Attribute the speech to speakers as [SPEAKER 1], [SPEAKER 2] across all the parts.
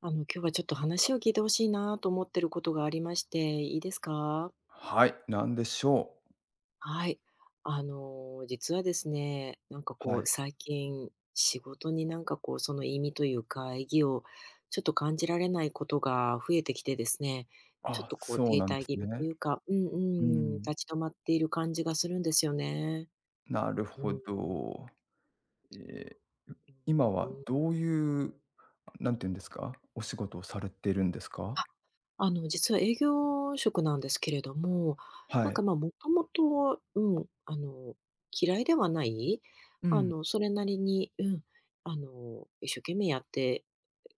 [SPEAKER 1] 今日はちょっと話を聞いてほしいなと思ってることがありまして、いいですか？
[SPEAKER 2] はい、なんでしょう。
[SPEAKER 1] はい。実はですね、
[SPEAKER 2] はい。
[SPEAKER 1] 最近、仕事にその意味というか、意義をちょっと感じられないことが増えてきてですね、ちょっ
[SPEAKER 2] あ、
[SPEAKER 1] とこう
[SPEAKER 2] そう
[SPEAKER 1] 停
[SPEAKER 2] なんで
[SPEAKER 1] 滞
[SPEAKER 2] す
[SPEAKER 1] 気味と
[SPEAKER 2] ね。
[SPEAKER 1] いうか、う
[SPEAKER 2] う
[SPEAKER 1] ん、
[SPEAKER 2] ん、
[SPEAKER 1] 立ち止まっている感じがするんですよね。
[SPEAKER 2] なる
[SPEAKER 1] う
[SPEAKER 2] ほ
[SPEAKER 1] ん、
[SPEAKER 2] ど。ええ、今
[SPEAKER 1] うん、
[SPEAKER 2] は
[SPEAKER 1] うん。
[SPEAKER 2] どういう、なんていうんですか、お仕事をされてるんですか？
[SPEAKER 1] あ、実は営業職なんですけれども、
[SPEAKER 2] は
[SPEAKER 1] なんか、
[SPEAKER 2] い。
[SPEAKER 1] まあ、もともと、嫌いではない、
[SPEAKER 2] うん。
[SPEAKER 1] それなりに、一生懸命やって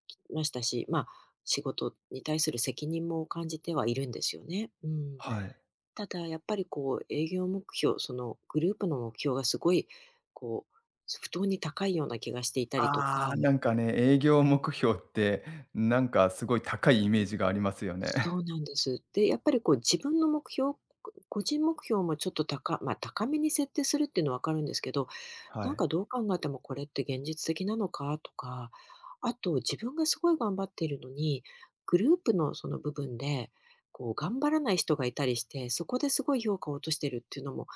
[SPEAKER 1] きましたし、まあ、仕事に対する責任も感じてはいるんですよね。うん。
[SPEAKER 2] はい。
[SPEAKER 1] ただ、やっぱり、こう、営業目標、その、グループの目標がすごい、こう、不当に高いような気がしていたりと
[SPEAKER 2] あ
[SPEAKER 1] か
[SPEAKER 2] あ、なんかね、営業目標って、なんかすごい高いイメージがありますよね。
[SPEAKER 1] そう なんです。で、やっぱりこう自分の目標、個人目標もちょっと高まあ、高めに設定するっていうのはわかるんですけど、
[SPEAKER 2] は
[SPEAKER 1] なん
[SPEAKER 2] い。
[SPEAKER 1] かどう考えてもこれって現実的なのかとか、あと自分がすごい頑張っているのに、グループのその部分で、こう頑張らない人がいたりして、そこですごい評価を落としてるっていうのも、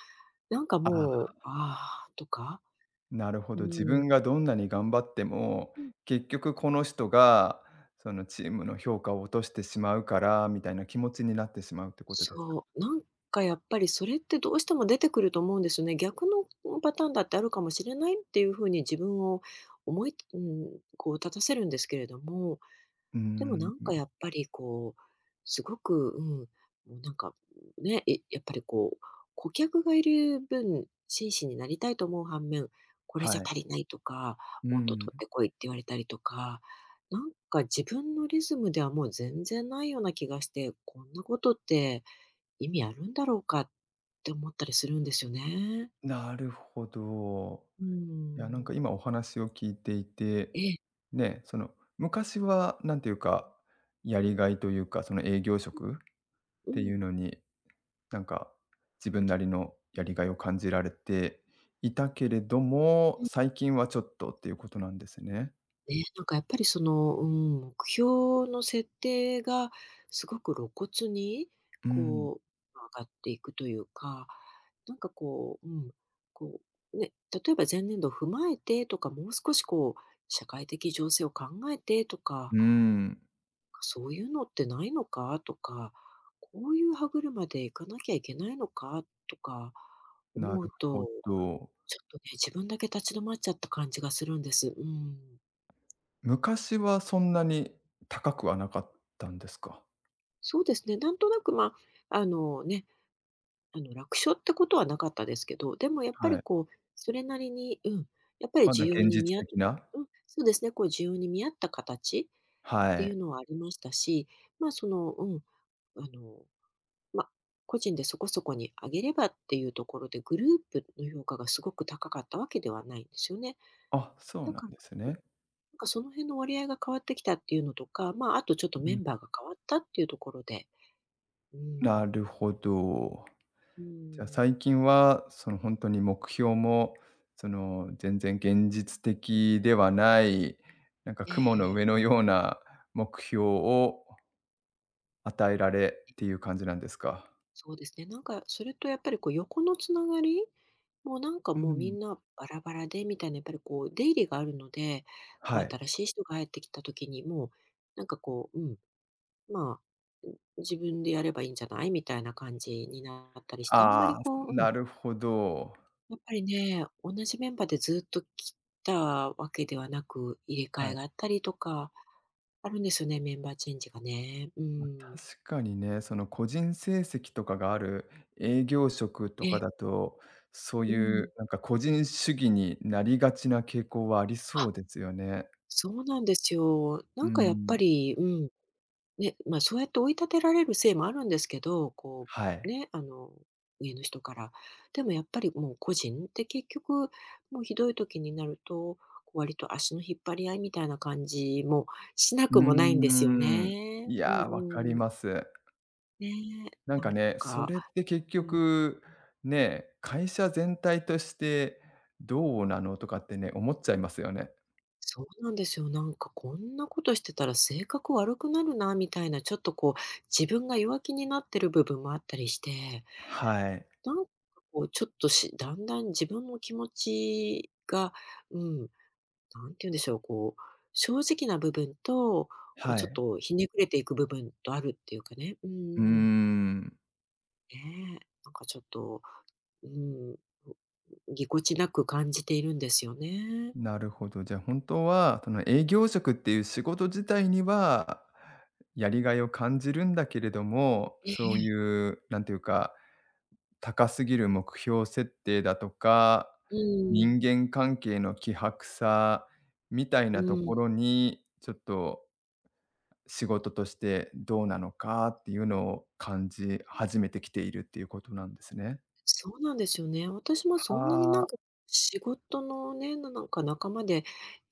[SPEAKER 1] なんか
[SPEAKER 2] ああ。
[SPEAKER 1] もう、ああ、とか、
[SPEAKER 2] なるほ
[SPEAKER 1] うー
[SPEAKER 2] ど、自分
[SPEAKER 1] ん。
[SPEAKER 2] がどんなに頑張っても、結局この人が、そのチームの評価を落としてしまうから、みたいな気持ちになってしまうってことですか？
[SPEAKER 1] そう、なんかやっぱりそれってどうしても出てくると思うんですよね。逆のパターンだってあるかもしれないっていうふうに自分を思い、うん、こう立たせるんですけれども、
[SPEAKER 2] うー
[SPEAKER 1] でもな
[SPEAKER 2] ん、
[SPEAKER 1] んかやっぱりこう、すごく、もうなんかね、やっぱりこう、顧客がいる分、真摯になりたいと思う反面、これ
[SPEAKER 2] は
[SPEAKER 1] じゃ
[SPEAKER 2] い。
[SPEAKER 1] 足りないとか、
[SPEAKER 2] う
[SPEAKER 1] もっと
[SPEAKER 2] ん、
[SPEAKER 1] 取ってこいって言われたりとか、なんか自分のリズムではもう全然ないような気がして、こんなことって意味あるんだろうかって思ったりするんですよね。
[SPEAKER 2] なるほど。
[SPEAKER 1] うー
[SPEAKER 2] いや、なんか
[SPEAKER 1] ん。
[SPEAKER 2] 今お話を聞いていて、
[SPEAKER 1] ええ、
[SPEAKER 2] ね、その昔はなんていうか、やりがいというか、その営業職っ
[SPEAKER 1] う
[SPEAKER 2] ていう
[SPEAKER 1] ん。
[SPEAKER 2] のになんか、自分なりのやりがいを感じられていたけれども、
[SPEAKER 1] うん。
[SPEAKER 2] 最近はちょっとっていうことなんですね。
[SPEAKER 1] ね、なんかやっぱりその、目標の設定がすごく露骨に、
[SPEAKER 2] うん。
[SPEAKER 1] こう、上がっていくというか、なんかこう、うん、こね、例えば前年度を踏まえてとか、もう少しこう、社会的情勢を考えてと
[SPEAKER 2] う
[SPEAKER 1] か
[SPEAKER 2] ん、
[SPEAKER 1] そういうのってないのかとか、こういう歯車で行かなきゃいけないのかとか
[SPEAKER 2] な
[SPEAKER 1] 思
[SPEAKER 2] る
[SPEAKER 1] う
[SPEAKER 2] ほ
[SPEAKER 1] と、
[SPEAKER 2] ど。
[SPEAKER 1] ちょっとね、自分だけ立ち止まっちゃった感じがするんです。うん。
[SPEAKER 2] 昔はそんなに高くはなかったんですか？
[SPEAKER 1] そうですね。なんとなく、あ、あのね、楽勝ってことはなかったですけど、でもやっぱ
[SPEAKER 2] は
[SPEAKER 1] り
[SPEAKER 2] い。
[SPEAKER 1] こう、それなりに、やっぱり
[SPEAKER 2] まだ
[SPEAKER 1] 需要
[SPEAKER 2] 現
[SPEAKER 1] に
[SPEAKER 2] 実
[SPEAKER 1] 見合っ
[SPEAKER 2] 的な。
[SPEAKER 1] うん、そうですね、こう需要に見合った形
[SPEAKER 2] は
[SPEAKER 1] ってい
[SPEAKER 2] い。
[SPEAKER 1] うのはありましたし、まあその、うん、あの、まあ、個人でそこそこに上げればっていうところで、グループの評価がすごく高かったわけではないんですよね。
[SPEAKER 2] あ、そう
[SPEAKER 1] だ
[SPEAKER 2] なん
[SPEAKER 1] から、
[SPEAKER 2] ですね。
[SPEAKER 1] なんかその辺の割合が変わってきたっていうのとか、まあ、あとちょっと
[SPEAKER 2] う
[SPEAKER 1] メ
[SPEAKER 2] ん。
[SPEAKER 1] ンバーが変わったっていうところで、うん、
[SPEAKER 2] なるほど。
[SPEAKER 1] う
[SPEAKER 2] じゃあ、
[SPEAKER 1] ん、
[SPEAKER 2] 最近は、その、本当に目標も、その、全然現実的ではない、なんか
[SPEAKER 1] え
[SPEAKER 2] 雲の
[SPEAKER 1] え、
[SPEAKER 2] 上のような目標を与えられっていう感じなんですか？
[SPEAKER 1] そうですね。なんかそれとやっぱりこう横のつながりもうなんか
[SPEAKER 2] う
[SPEAKER 1] もうみ
[SPEAKER 2] ん。
[SPEAKER 1] んなバラバラでみたいなやっぱりこう出入りがあるので、こ
[SPEAKER 2] は
[SPEAKER 1] う
[SPEAKER 2] い。
[SPEAKER 1] 新しい人が入ってきた時にもう、なんかこう、うん、ま自分でやればいいんじゃない、みたいな感じになったりして、あんまり
[SPEAKER 2] ああ、
[SPEAKER 1] こう、うん、
[SPEAKER 2] なるほど。
[SPEAKER 1] やっぱりね、同じメンバーでずっと来たわけではなく、入れ替
[SPEAKER 2] は
[SPEAKER 1] え
[SPEAKER 2] い。
[SPEAKER 1] があったりとか、あるんですよね、メンバーチェンジがね。う
[SPEAKER 2] ま、
[SPEAKER 1] ん。
[SPEAKER 2] 確かにね、その、個人成績とかがある営業職と
[SPEAKER 1] ええ、
[SPEAKER 2] かだと、そう
[SPEAKER 1] う
[SPEAKER 2] いう
[SPEAKER 1] ん。
[SPEAKER 2] なんか個人主義になりがちな傾向はあり
[SPEAKER 1] あ、
[SPEAKER 2] そうですよね。
[SPEAKER 1] そうなんですよ。な
[SPEAKER 2] う
[SPEAKER 1] んかやっぱ
[SPEAKER 2] ん。
[SPEAKER 1] り、うんね、まあ、そうやって追い立てられるせいもあるんですけど、
[SPEAKER 2] は
[SPEAKER 1] う、
[SPEAKER 2] い。
[SPEAKER 1] ね、あの、上の人から。でもやっぱりもう個人って結局、もうひどい時になると、こう割と足の引っ張り合いみたいな感じもしな
[SPEAKER 2] う
[SPEAKER 1] くもないんで
[SPEAKER 2] ー
[SPEAKER 1] すよ
[SPEAKER 2] ん。
[SPEAKER 1] ね。
[SPEAKER 2] い
[SPEAKER 1] うん
[SPEAKER 2] や、わかり
[SPEAKER 1] うん。
[SPEAKER 2] ます。
[SPEAKER 1] ねえ、
[SPEAKER 2] なん
[SPEAKER 1] な
[SPEAKER 2] か
[SPEAKER 1] ん
[SPEAKER 2] ね、それっ
[SPEAKER 1] か、
[SPEAKER 2] て結
[SPEAKER 1] うん、
[SPEAKER 2] 局、ね、会社全体としてどうなのとかってね、思っちゃいますよね。
[SPEAKER 1] そうなんですよ。なんかこんなことしてたら性格悪くなるなみたいな、ちょっとこう、自分が弱気になってる部分もあったりして。
[SPEAKER 2] はい。
[SPEAKER 1] なんかこうちょっとしだんだん自分の気持ちが、うん、なんて言うんでしょう、こう、正直な部分と、こう
[SPEAKER 2] は
[SPEAKER 1] ちょっ
[SPEAKER 2] い。
[SPEAKER 1] とひねくれていく部分とあるっていうかね、う
[SPEAKER 2] うー
[SPEAKER 1] ん
[SPEAKER 2] ん。
[SPEAKER 1] ねえ、なんかちょっと、うん、ぎこちなく感じているんですよね。
[SPEAKER 2] なるほど。じゃあ本当は、その営業職っていう仕事自体には、やりがいを感じるんだけれども、
[SPEAKER 1] え
[SPEAKER 2] そ
[SPEAKER 1] え、
[SPEAKER 2] ういう、なんていうか高すぎる目標設定だとか、
[SPEAKER 1] うん、
[SPEAKER 2] 人間関係の希薄さみたい
[SPEAKER 1] う
[SPEAKER 2] なと
[SPEAKER 1] ん。
[SPEAKER 2] ころに、ちょっと仕事としてどうなのかっていうのを感じ始めてきているっていうことなんですね。
[SPEAKER 1] そうなんですよね。私もそんなにな
[SPEAKER 2] は
[SPEAKER 1] んか、
[SPEAKER 2] あ、
[SPEAKER 1] 仕事のね、なんか仲間で、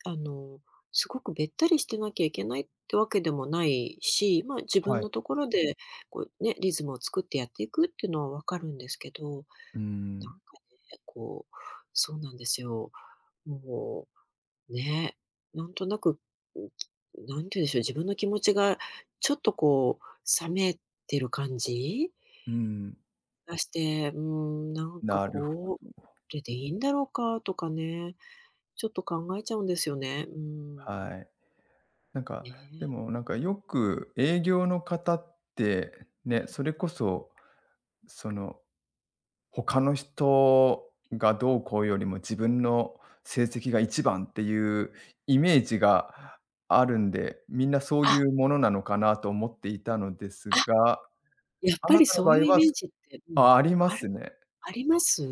[SPEAKER 1] あの、すごくべったりしてなきゃいけないってわけでもないし、まあ、自
[SPEAKER 2] は
[SPEAKER 1] 分
[SPEAKER 2] い。
[SPEAKER 1] のところで、こうね、リズムを作ってやっていくっていうのはわかるんですけど、
[SPEAKER 2] う
[SPEAKER 1] な
[SPEAKER 2] ん、
[SPEAKER 1] んかね、こう、そうなんですよ。もう、ね、なんとなく、うん、なんて言うんでしょう、自分の気持ちがちょっとこう冷めてる感じ？
[SPEAKER 2] うん。
[SPEAKER 1] 出して、
[SPEAKER 2] なるほ
[SPEAKER 1] こ
[SPEAKER 2] ど。
[SPEAKER 1] れでいいんだろうかとかね、ちょっと考えちゃうんですよね。うーん、
[SPEAKER 2] はい。なんか、
[SPEAKER 1] ね。
[SPEAKER 2] でもなんかよく営業の方って、ね、それこそ、その他の人がどうこうよりも自分の成績が一番っていうイメージがあるんで、みんなそういうものなのかなと思っていたのです
[SPEAKER 1] あ、
[SPEAKER 2] が、
[SPEAKER 1] やっ
[SPEAKER 2] あ
[SPEAKER 1] ぱ
[SPEAKER 2] な
[SPEAKER 1] り
[SPEAKER 2] たの
[SPEAKER 1] そう
[SPEAKER 2] 場
[SPEAKER 1] い
[SPEAKER 2] 合
[SPEAKER 1] うイ
[SPEAKER 2] は
[SPEAKER 1] メージって、うん、
[SPEAKER 2] あ、ありま
[SPEAKER 1] あ
[SPEAKER 2] す
[SPEAKER 1] る
[SPEAKER 2] ね。
[SPEAKER 1] あります？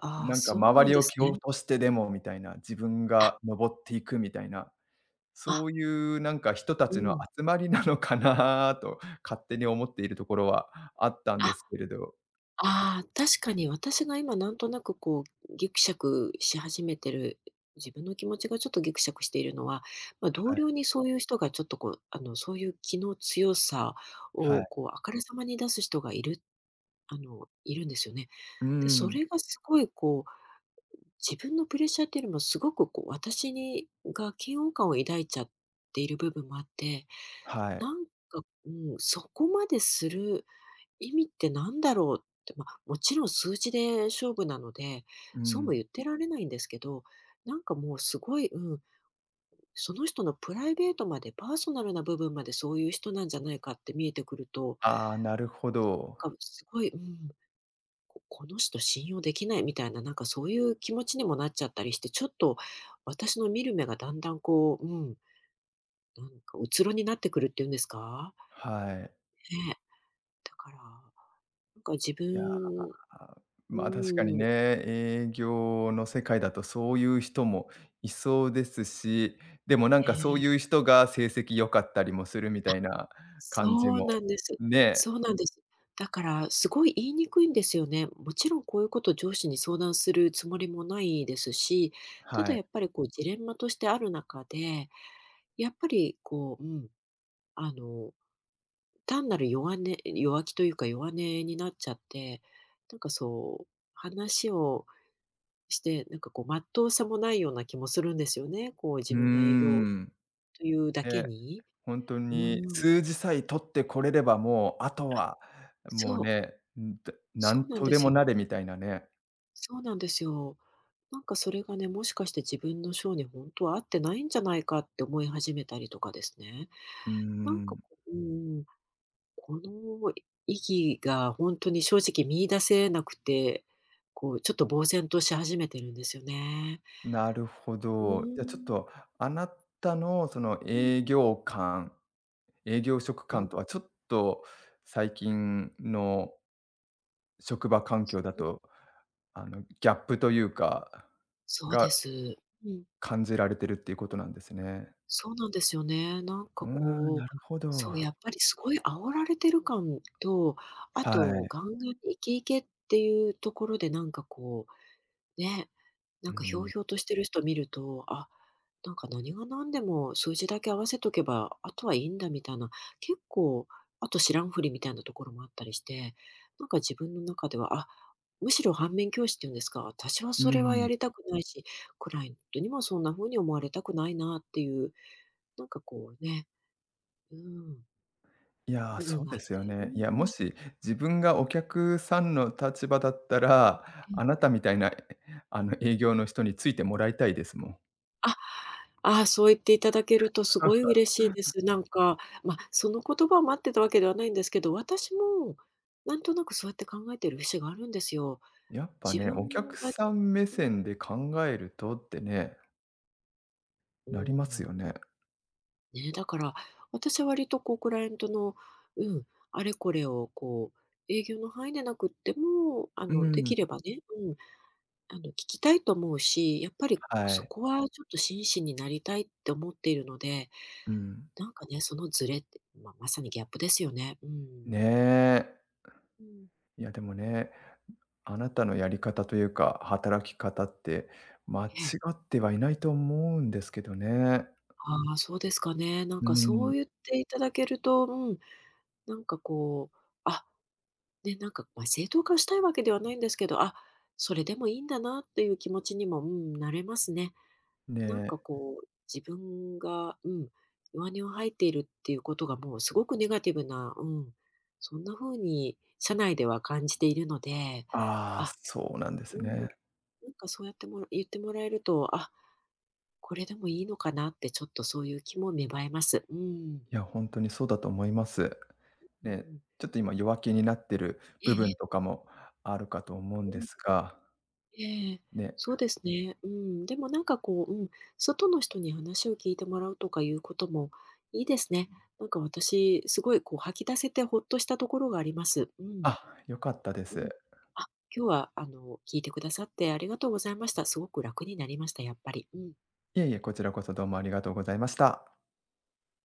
[SPEAKER 1] ああ、
[SPEAKER 2] なんか
[SPEAKER 1] そう
[SPEAKER 2] 周
[SPEAKER 1] なん
[SPEAKER 2] り
[SPEAKER 1] で
[SPEAKER 2] を
[SPEAKER 1] す
[SPEAKER 2] 蹴
[SPEAKER 1] ね。
[SPEAKER 2] 落としてでもみたいな、自分
[SPEAKER 1] あ、
[SPEAKER 2] が上っていくみたいな、
[SPEAKER 1] あ、
[SPEAKER 2] そういうなんか人た
[SPEAKER 1] う
[SPEAKER 2] ちの
[SPEAKER 1] ん。
[SPEAKER 2] 集まりなのかなと勝手に思っているところはあったんで
[SPEAKER 1] あ
[SPEAKER 2] すけれど。
[SPEAKER 1] ああ、確かに私が今なんとなくこうギクシャクし始めてる、自分の気持ちがちょっとギクシャクしているのは、まあ、
[SPEAKER 2] は
[SPEAKER 1] 同
[SPEAKER 2] い、
[SPEAKER 1] 僚にそういう人がちょっとこう、あの、そういう気の強さ
[SPEAKER 2] は
[SPEAKER 1] を
[SPEAKER 2] い。
[SPEAKER 1] こう、あからさまに出す人がいるいるんですよね。
[SPEAKER 2] うー
[SPEAKER 1] で、そ
[SPEAKER 2] ん、
[SPEAKER 1] れがすごいこう、自分のプレッシャーっていうよりもすごくこう、私が嫌悪感を抱いちゃっている部分もあって、
[SPEAKER 2] はい。
[SPEAKER 1] なんか、うそこまでする意味ってなんだろうって、まあ、もちろん数字で勝負なので、
[SPEAKER 2] う
[SPEAKER 1] そうも
[SPEAKER 2] ん。
[SPEAKER 1] 言ってられないんですけど、なんかもうすごい、うん、その人のプライベートまで、パーソナルな部分までそういう人なんじゃないかって見えてくると、
[SPEAKER 2] ああ、なるほ
[SPEAKER 1] なん
[SPEAKER 2] ど。
[SPEAKER 1] かすごい、うん、ここの人信用できないみたいな、なんかそういう気持ちにもなっちゃったりして、ちょっと私の見る目がだんだんこう、なんかうつろになってくるっていうんですか？
[SPEAKER 2] はい。
[SPEAKER 1] ねだから、なんか自
[SPEAKER 2] いや、
[SPEAKER 1] 分うー
[SPEAKER 2] まあ、確かにね、
[SPEAKER 1] ん、
[SPEAKER 2] 営業の世界だとそういう人もいそうですし、でもなんかそう
[SPEAKER 1] ね
[SPEAKER 2] いう人が成績良かったりもするみたいな感じ
[SPEAKER 1] そうな
[SPEAKER 2] も、
[SPEAKER 1] んです。
[SPEAKER 2] ね、
[SPEAKER 1] そうなんです。だからすごい言いにくいんですよね。もちろんこういうことを上司に相談するつもりもないですし、た
[SPEAKER 2] は
[SPEAKER 1] だ
[SPEAKER 2] い。
[SPEAKER 1] やっぱりこうジレンマとしてある中で、やっぱりこう、うん、あの、単なる弱気というか弱音になっちゃって、なんかそう、話をして、まっとうさもないような気もするんですよね。こう
[SPEAKER 2] う
[SPEAKER 1] 自
[SPEAKER 2] ー
[SPEAKER 1] 分が営業
[SPEAKER 2] ん。
[SPEAKER 1] というだけ
[SPEAKER 2] ね、
[SPEAKER 1] に。
[SPEAKER 2] ほんと
[SPEAKER 1] う
[SPEAKER 2] に
[SPEAKER 1] ん、
[SPEAKER 2] 数字さえ取ってこれればもう、あとはもう
[SPEAKER 1] そう、
[SPEAKER 2] ね、ん、だな
[SPEAKER 1] そう
[SPEAKER 2] ん
[SPEAKER 1] なん
[SPEAKER 2] と
[SPEAKER 1] で
[SPEAKER 2] で
[SPEAKER 1] す
[SPEAKER 2] も
[SPEAKER 1] よ。
[SPEAKER 2] なれみたいなね。
[SPEAKER 1] そうなんですよ。なんかそれがね、もしかして自分の性に本当は合ってないんじゃないかって思い始めたりとかですね。
[SPEAKER 2] うー
[SPEAKER 1] なんか、こ
[SPEAKER 2] ん。
[SPEAKER 1] ううん、この意義が本当に正直見出せなくて、こうちょっと呆然とし始めてるんですよね。
[SPEAKER 2] なるほど。じゃあちょっと、あなたのその
[SPEAKER 1] うん。
[SPEAKER 2] 営業感、営業職
[SPEAKER 1] う
[SPEAKER 2] 感
[SPEAKER 1] ん、
[SPEAKER 2] とはちょっと最近の職場環境だ
[SPEAKER 1] うん。
[SPEAKER 2] と、あの、ギャップというか、
[SPEAKER 1] そう
[SPEAKER 2] が
[SPEAKER 1] です。うん。
[SPEAKER 2] 感じられてるっていうことなんですね。
[SPEAKER 1] そうなんですよね。
[SPEAKER 2] うーん、なるほど。
[SPEAKER 1] やっぱりすごい煽られてる感と、あ
[SPEAKER 2] は
[SPEAKER 1] と
[SPEAKER 2] い。
[SPEAKER 1] ガンガンにイケイケっていうところでう、ね、な
[SPEAKER 2] う
[SPEAKER 1] んかひょう
[SPEAKER 2] ん。
[SPEAKER 1] ひょうとしてる人見ると、あ、なんか何が何でも数字だけ合わせとけば、あとはいいんだみたいな、結構、あと知らんふりみたいなところもあったりして、なんか自分の中では、あ、むしろ反面教師っていうんですか、私は
[SPEAKER 2] う
[SPEAKER 1] それはや
[SPEAKER 2] ん。
[SPEAKER 1] りたくないし、クライアントにもそんな風に思われたくないなっていうなんかこうね、うん、
[SPEAKER 2] いやー、
[SPEAKER 1] 部
[SPEAKER 2] そ
[SPEAKER 1] 分
[SPEAKER 2] う
[SPEAKER 1] があ
[SPEAKER 2] で
[SPEAKER 1] っ
[SPEAKER 2] すよ
[SPEAKER 1] て、うんう
[SPEAKER 2] ね。いや、も
[SPEAKER 1] ん、
[SPEAKER 2] し自分がお客さんの立場だったら、
[SPEAKER 1] え
[SPEAKER 2] あな
[SPEAKER 1] え。
[SPEAKER 2] たみたいな、あの、営業の人についてもらいたいですもん。
[SPEAKER 1] あ、ああ、そう言っていただけるとすごい嬉しいです。なんか、ま、その言葉を待ってたわけではないんですけど、私もなんとなくそうやって考えてる節があるんですよ。
[SPEAKER 2] やっぱ
[SPEAKER 1] 自
[SPEAKER 2] ね、
[SPEAKER 1] 分
[SPEAKER 2] お客
[SPEAKER 1] が
[SPEAKER 2] さん目
[SPEAKER 1] うん、
[SPEAKER 2] 線で考えるとってね、
[SPEAKER 1] う
[SPEAKER 2] なり
[SPEAKER 1] ん、
[SPEAKER 2] ますよね。
[SPEAKER 1] ね、だから、私は割とこうクライアントの、うん、あれこれをこう営業の範囲でなくっても、あ
[SPEAKER 2] う
[SPEAKER 1] の、で
[SPEAKER 2] ん。
[SPEAKER 1] きればね、うんあの、聞きたいと思うし、やっぱり
[SPEAKER 2] は
[SPEAKER 1] そ
[SPEAKER 2] い。
[SPEAKER 1] こはちょっと真摯になりたいって思っているので、
[SPEAKER 2] うん。
[SPEAKER 1] なんかね、そのズレって、まあ、まさにギャップですよね。う
[SPEAKER 2] ね
[SPEAKER 1] ん。
[SPEAKER 2] え。
[SPEAKER 1] うん。
[SPEAKER 2] いやでもね、あなたのやり方というか、働き方って間違
[SPEAKER 1] ええ。
[SPEAKER 2] ってはいないと思うんですけどね。
[SPEAKER 1] ああ、そうですかね。なん
[SPEAKER 2] うー
[SPEAKER 1] かそ
[SPEAKER 2] ん。
[SPEAKER 1] う言っていただけると、なんかこう、あ、ね、なんか、まあ、正当化したいわけではないんですけど、あ、それでもいいんだなっていう気持ちにも、うん、なれますね。
[SPEAKER 2] ね
[SPEAKER 1] なんか
[SPEAKER 2] え。
[SPEAKER 1] こう、自分が、弱音を吐いているっていうことがもうすごくネガティブな、そんな風に社内では感じているので、
[SPEAKER 2] ああ、
[SPEAKER 1] あ、
[SPEAKER 2] そうなんで
[SPEAKER 1] う
[SPEAKER 2] す
[SPEAKER 1] ん、
[SPEAKER 2] ね。
[SPEAKER 1] なんかそうやって言ってもらえると、あ、これでもいいのかなってちょっとそういう気も芽生えます。うん。
[SPEAKER 2] いや、ほんとにそうだと思います。
[SPEAKER 1] う
[SPEAKER 2] ね、
[SPEAKER 1] ん。
[SPEAKER 2] ちょっと今弱気になってる
[SPEAKER 1] ええ
[SPEAKER 2] 部
[SPEAKER 1] え
[SPEAKER 2] 分と
[SPEAKER 1] え。
[SPEAKER 2] かもあるかと思うん
[SPEAKER 1] う
[SPEAKER 2] で
[SPEAKER 1] ん。
[SPEAKER 2] すが、
[SPEAKER 1] ええ、
[SPEAKER 2] ね。
[SPEAKER 1] そうですね。うん、でもなんかこう、うん、外の人に話を聞いてもらうとかいうこともいいですね。なんか私、すごいこう吐き出せてほっとしたところがあります。うん、
[SPEAKER 2] あ、良かったで
[SPEAKER 1] う
[SPEAKER 2] す。
[SPEAKER 1] ん。あ、今日はあの、聞いてくださってありがとうございました。すごく楽になりました、やっぱり。うん。
[SPEAKER 2] いえいえ、こちらこそどうもありがとうございました。